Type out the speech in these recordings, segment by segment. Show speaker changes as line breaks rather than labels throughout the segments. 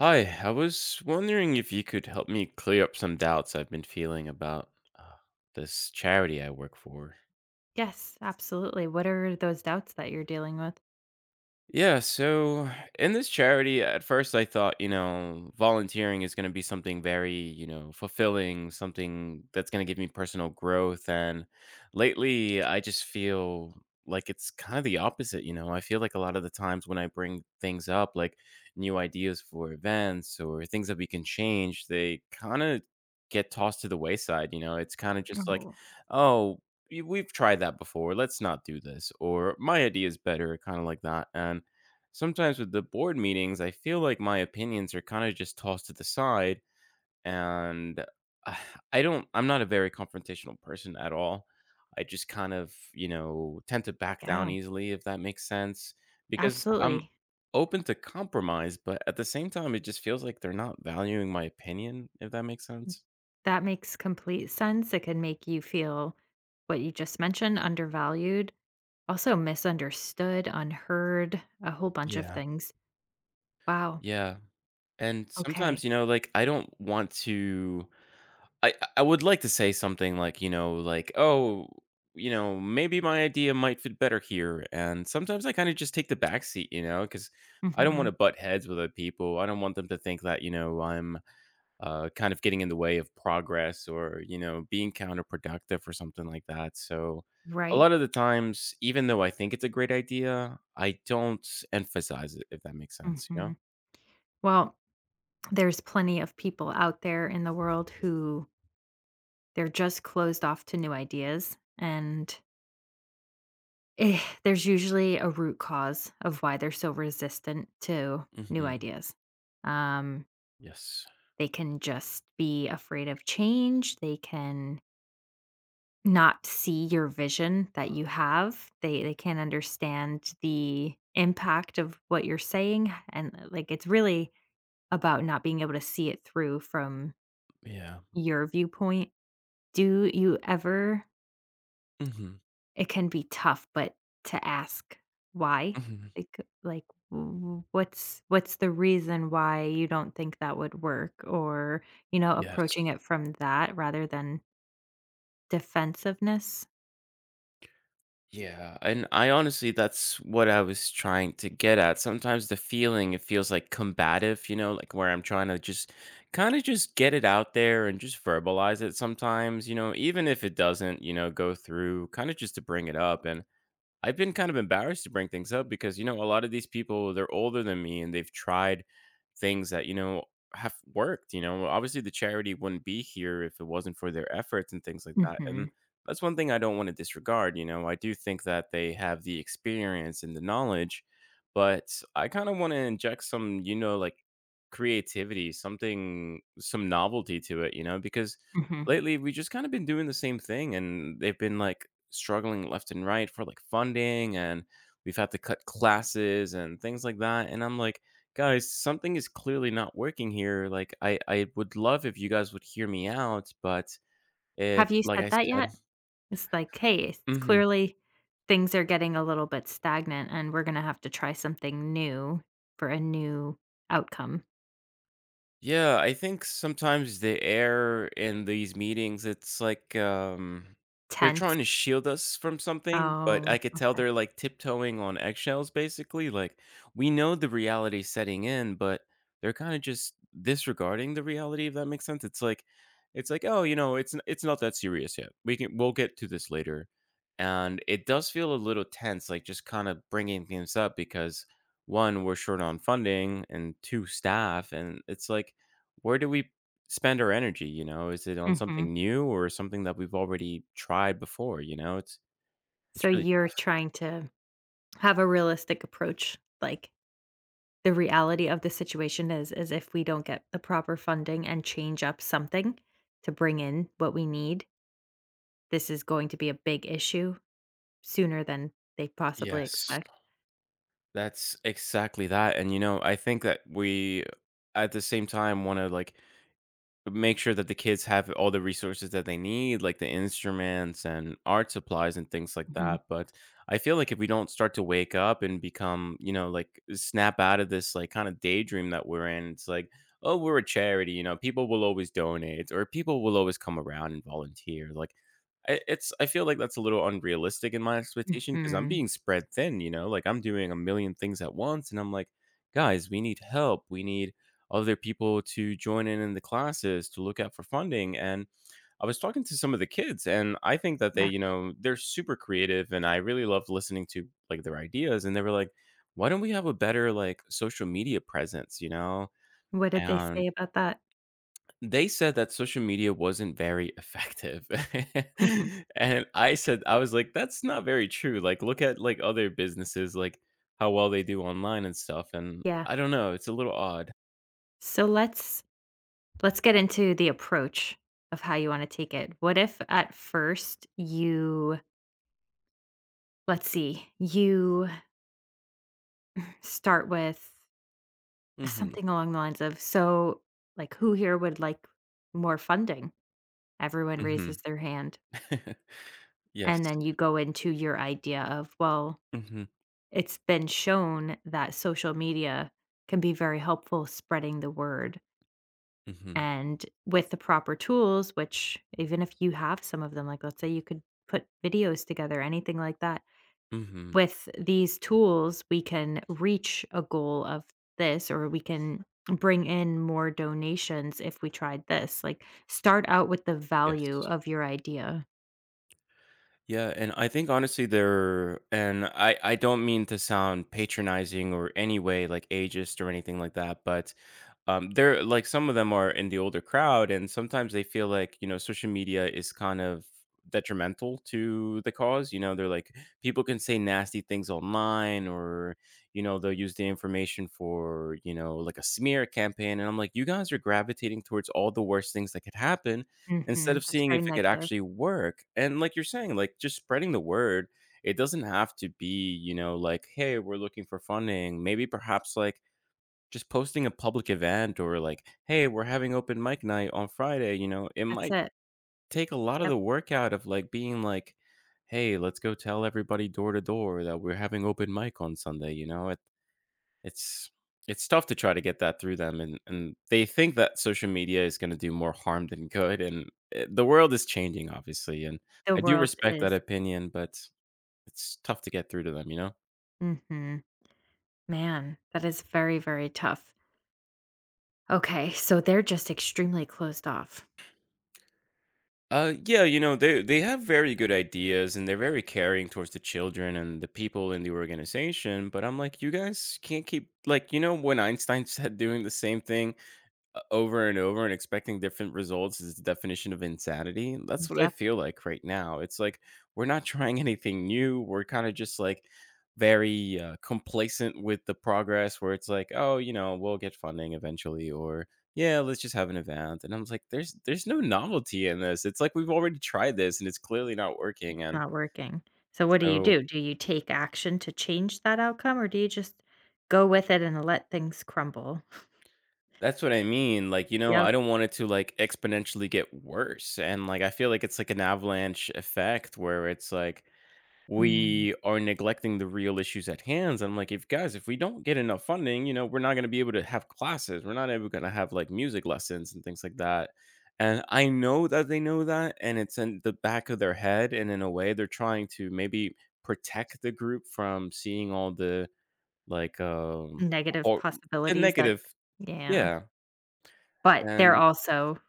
Hi, I was wondering if you could help me clear up some doubts I've been feeling about uh, this charity I work for.
Yes, absolutely. What are those doubts that you're dealing with?
Yeah, so in this charity, at first I thought, volunteering is going to be something very fulfilling, something that's going to give me personal growth. And lately, I just feel like it's kind of the opposite. I feel like a lot of the times when I bring things up, like new ideas for events or things that we can change, they kind of get tossed to the wayside. It's kind of just like,
Oh,
oh, we've tried that before. Let's not do this. Or my idea is better, kind of like that. And sometimes with the board meetings, I feel like my opinions are kind of just tossed to the side. And uh, I'm not a very confrontational person at all. I just kind of tend to back down
yeah,
easily, if that makes sense, because I'm
absolutely.
open to compromise. But at the same time, it just feels like they're not valuing my opinion, if that makes
Mm.
sense.
That makes complete sense. It can make you feel what you just mentioned: undervalued, also misunderstood, unheard, a whole bunch of
Yeah.
things. Wow.
Yeah. And
Okay.
sometimes, like, I don't want to I would like to say something like, "Oh, maybe my idea might fit better here," and sometimes I kinda just take the back seat, because I don't
Hmm.
wanna butt heads with other people. I don't want them to think that I'm kind of getting in the way of progress or being counterproductive or something like that, so, a
Right.
lot of the times, even though I think it's a great idea, I don't emphasize it, if that makes sense, you
Hmm.
know?
Well, there's plenty of people out there in the world who they're just closed off to new ideas and there's usually a root cause of why they're so resistant to new
Mhm.
ideas. Um,
Yes.
they can just be afraid of change. They can not see your vision that you have. They can't understand the impact of what you're saying, and like, it's really about not being able to see it through from
Yeah.
your viewpoint. Do you ever
Mhm,
It can be tough, but to ask why,
mhm.
like, w what's the reason why you don't think that would work? Or, you know,
Yes.
approaching it from that rather than defensiveness.
Yeah, and I honestly that's what I was trying to get at. Sometimes the feeling, it feels, like, combative, like, where I'm trying to just kinda just get it out there and just verbalize it sometimes, even if it doesn't go through, kinda just to bring it up, and I've been kind of embarrassed to bring things up because a lot of these people, they're older than me and they've tried things that have worked. Obviously the charity wouldn't be here if it wasn't for their efforts and things like that. And
Mhm,
that's one thing I don't want to disregard. I do think that they have the experience and the knowledge, but I kind of want to inject some, like creativity, something, some novelty to it, because
mhm.
lately we just kind of been doing the same thing, and they've been like struggling left and right for like funding, and we've had to cut classes and things like that. And I'm like, guys, something is clearly not working here. Like, I would love if you guys would hear me out, but it,
Have you
like I
said that
said.
yet? It's like, "Hey, it's
Mhm.
clearly things are getting a little bit stagnant, and we're gonna have to try something new for a new outcome."
Yeah, I think sometimes the air in these meetings, it's like they're
Tense.
trying to shield us from something, but
Oh,
I could tell
okay.
they're like tiptoeing on eggshells, basically. Like we know the reality setting in, but they're kind of just disregarding the reality, if that makes sense. It's like, oh, it's not that serious yet. We'll get to this later, and it does feel a little tense, like just kind of bringing things up because one, we're short on funding, and two, staff. And it's like, where do we spend our energy? Is it on
Mhm.
something new or something that we've already tried before? It's
So
really.
you're trying to Have a realistic approach, like, the reality of the situation is if we don't get the proper funding and change up something to bring in what we need, this is going to be a big issue sooner than they possibly
Yes,
expect.
that's exactly that. And I think that we at the same time want to like, but make sure that the kids have all the resources that they need, like the instruments and art supplies and things like
Mhm.
that. But I feel like if we don't start to wake up and become, like snap out of this like kind of daydream that we're in, it's like, oh, we're a charity, people will always donate or people will always come around and volunteer. Like I- it's I feel like that's a little unrealistic in my expectation because I'm
Mhm.
being spread thin, like I'm doing a million things at once, and I'm like, guys, we need help. We need other people to join in the classes to look out for funding. And I was talking to some of the kids, and I think that they
Yeah.
you know they're super creative, and I really loved listening to like their ideas, and they were like, why don't we have a better like social media presence you know
What did they
and
say about that?
they said that social media wasn't very effective. And I said, I was like, that's not very true. Like, look at like other businesses, like how well they do online and stuff, and
Yeah.
I don't know, it's a little odd.
So let's get into the approach of how you wanna take it. What if at first you let's see, you start with
Hmm.
something along the lines of, "So, like, who here would like more funding?" Everyone
Hmm.
raises their hand,
Yes.
and then you go into your idea of, well,
Mhm,
it's been shown that social media can be very helpful spreading the word,
mhm,
and with the proper tools, which even if you have some of them, like, let's say you could put videos together, anything like that,
mhm,
with these tools, we can reach a goal of this, or we can bring in more donations if we tried this. Like, start out with the value
yes.
of your idea.
Yeah, and I think honestly there and I don't mean to sound patronizing or any way like ageist or anything like that, but, they're like some of them are in the older crowd, and sometimes they feel like, social media is kind of detrimental to the cause, they're like, people can say nasty things online or, they'll use the information for, like a smear campaign, and I'm like, "You guys are gravitating towards all the worst things that could happen," instead
Mhm.
of
That's
seeing
very
if it could
negative.
actually work. And like you're saying, like just spreading the word, it doesn't have to be, like, hey, we're looking for funding. Maybe perhaps like just posting a public event or like, hey, we're having open mic night on Friday, it
That's
might
it.
take a lot of
Yep.
the work out of like being like, hey, let's go tell everybody door to door that we're having open mic on Sunday. it's it's tough to try to get that through them, and they think that social media is gonna do more harm than good, and, the world is changing, obviously, and
The
I do
world
respect that
is.
opinion, but it's tough to get through to them, you know?
Mhm. Man, that is very, very tough. Okay. So they're just extremely closed off.
Yeah, they have very good ideas, and they're very caring towards the children and the people in the organization, but I'm like, "You guys can't keep," like, when Einstein said doing the same thing, O over and over and expecting different results is the definition of insanity. That's what I
Yep.
feel like right now. It's like we're not trying anything new. We're kinda just, like, very complacent with the progress where it's like, "Oh, we'll get funding eventually," or, "Yeah, let's just have an event," and I am like, "There's no novelty in this. It's like we've already tried this, and it's clearly not working," and
Not working. So what do you
so
do? Do you take action to change that outcome, or do you just go with it and let things crumble?
that's what I mean. Like, I
Yep.
don't want it to, like, exponentially get worse, and, like, I feel like it's like an avalanche effect where it's like,
Mm,
we are neglecting the real issues at hands. I'm like, if guys, if we don't get enough funding, we're not going to be able to have classes. We're not ever going to have like music lessons and things like that. And I know that they know that, and it's in the back of their head. And in a way, they're trying to maybe protect the group from seeing all the like
negative
hor- the
possibilities that
negative.
yeah,
Yeah.
but they're
And
also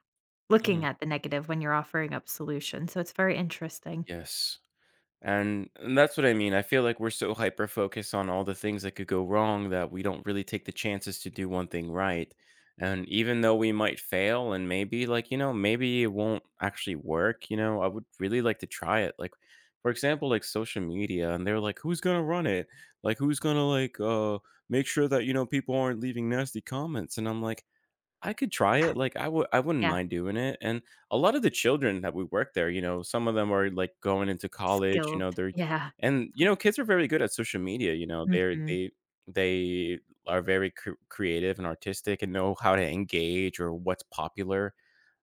looking
mhm.
at the negative when you're offering up solutions, so it's very interesting.
Yes. And that's what I mean. I feel like we're so hyper focused on all the things that could go wrong that we don't really take the chances to do one thing right. And even though we might fail and maybe like, maybe it won't actually work, I would really like to try it. Like for example, like social media, and they're like, who's going to run it? Like who's going to like make sure that people aren't leaving nasty comments? And I'm like I could try it, like, I wouldn't
Yeah,
mind doing it, and a lot of the children that we work there, some of them are, like, going into college, you know,
skilled.
they're
Yeah.
and, kids are very good at social media, you know, they're
Mhm.
they they are very cr creative and artistic and know how to engage or what's popular,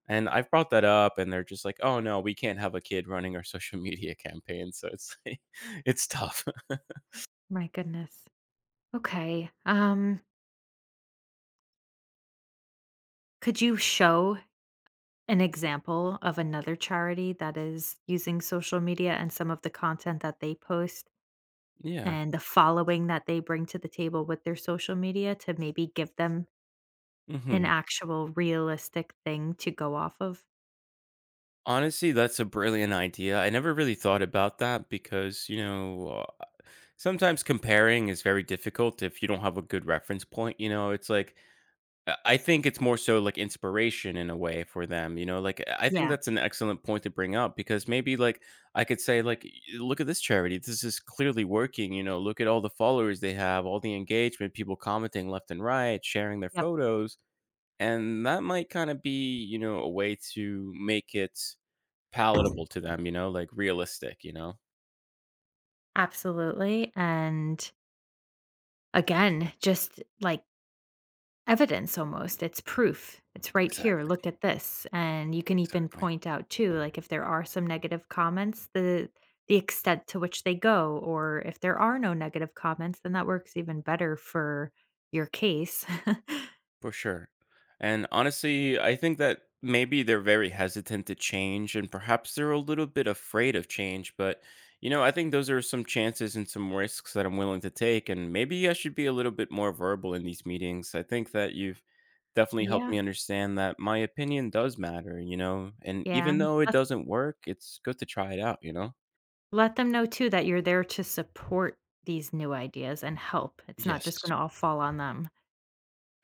and I've brought that up, and they're just like, "Oh, no, we can't have a kid running our social media campaign," so it's like it's tough.
My goodness. Okay, could you show an example of another charity that is using social media and some of the content that they post
Yeah,
and the following that they bring to the table with their social media to maybe give them an
mhm.
actual realistic thing to go off of?
Honestly, that's a brilliant idea, I never really thought about that because sometimes comparing is very difficult if you don't have a good reference point. It's like I think it's more so like inspiration in a way for them, like I think
Yeah.
that's an excellent point to bring up because maybe like I could say like, Look at this charity, this is clearly working. Look at all the followers they have, all the engagement, people commenting left and right, sharing their
Yep,
photos, and that might kind of be a way to make it palatable to them, like realistic.
absolutely, and again, just like evidence almost, it's proof. It's right here,
Exactly.
look at this, and you can even
Exactly.
point out too, like, if there are some negative comments, the extent to which they go, or if there are no negative comments, then that works even better for your case.
For sure. And honestly, I think that maybe they're very hesitant to change and perhaps they're a little bit afraid of change. But I think those are some chances and some risks that I'm willing to take. And maybe I should be a little bit more verbal in these meetings. I think that you've definitely helped
Yeah,
me understand that my opinion does matter, and
yeah,
even
and
though it
let
doesn't work, it's good to try it out, you know?
let them know too that you're there to support these new ideas and help. It's not just
Yes.
gonna all fall on them.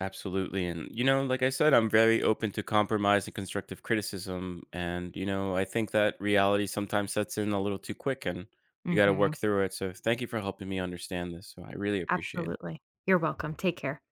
Absolutely. And, like I said, I'm very open to compromise and constructive criticism. And I think that reality sometimes sets in a little too quick, and we got to
Mhm,
work through it. So thank you for helping me understand this. So I really appreciate it.
absolutely. You're welcome, take care.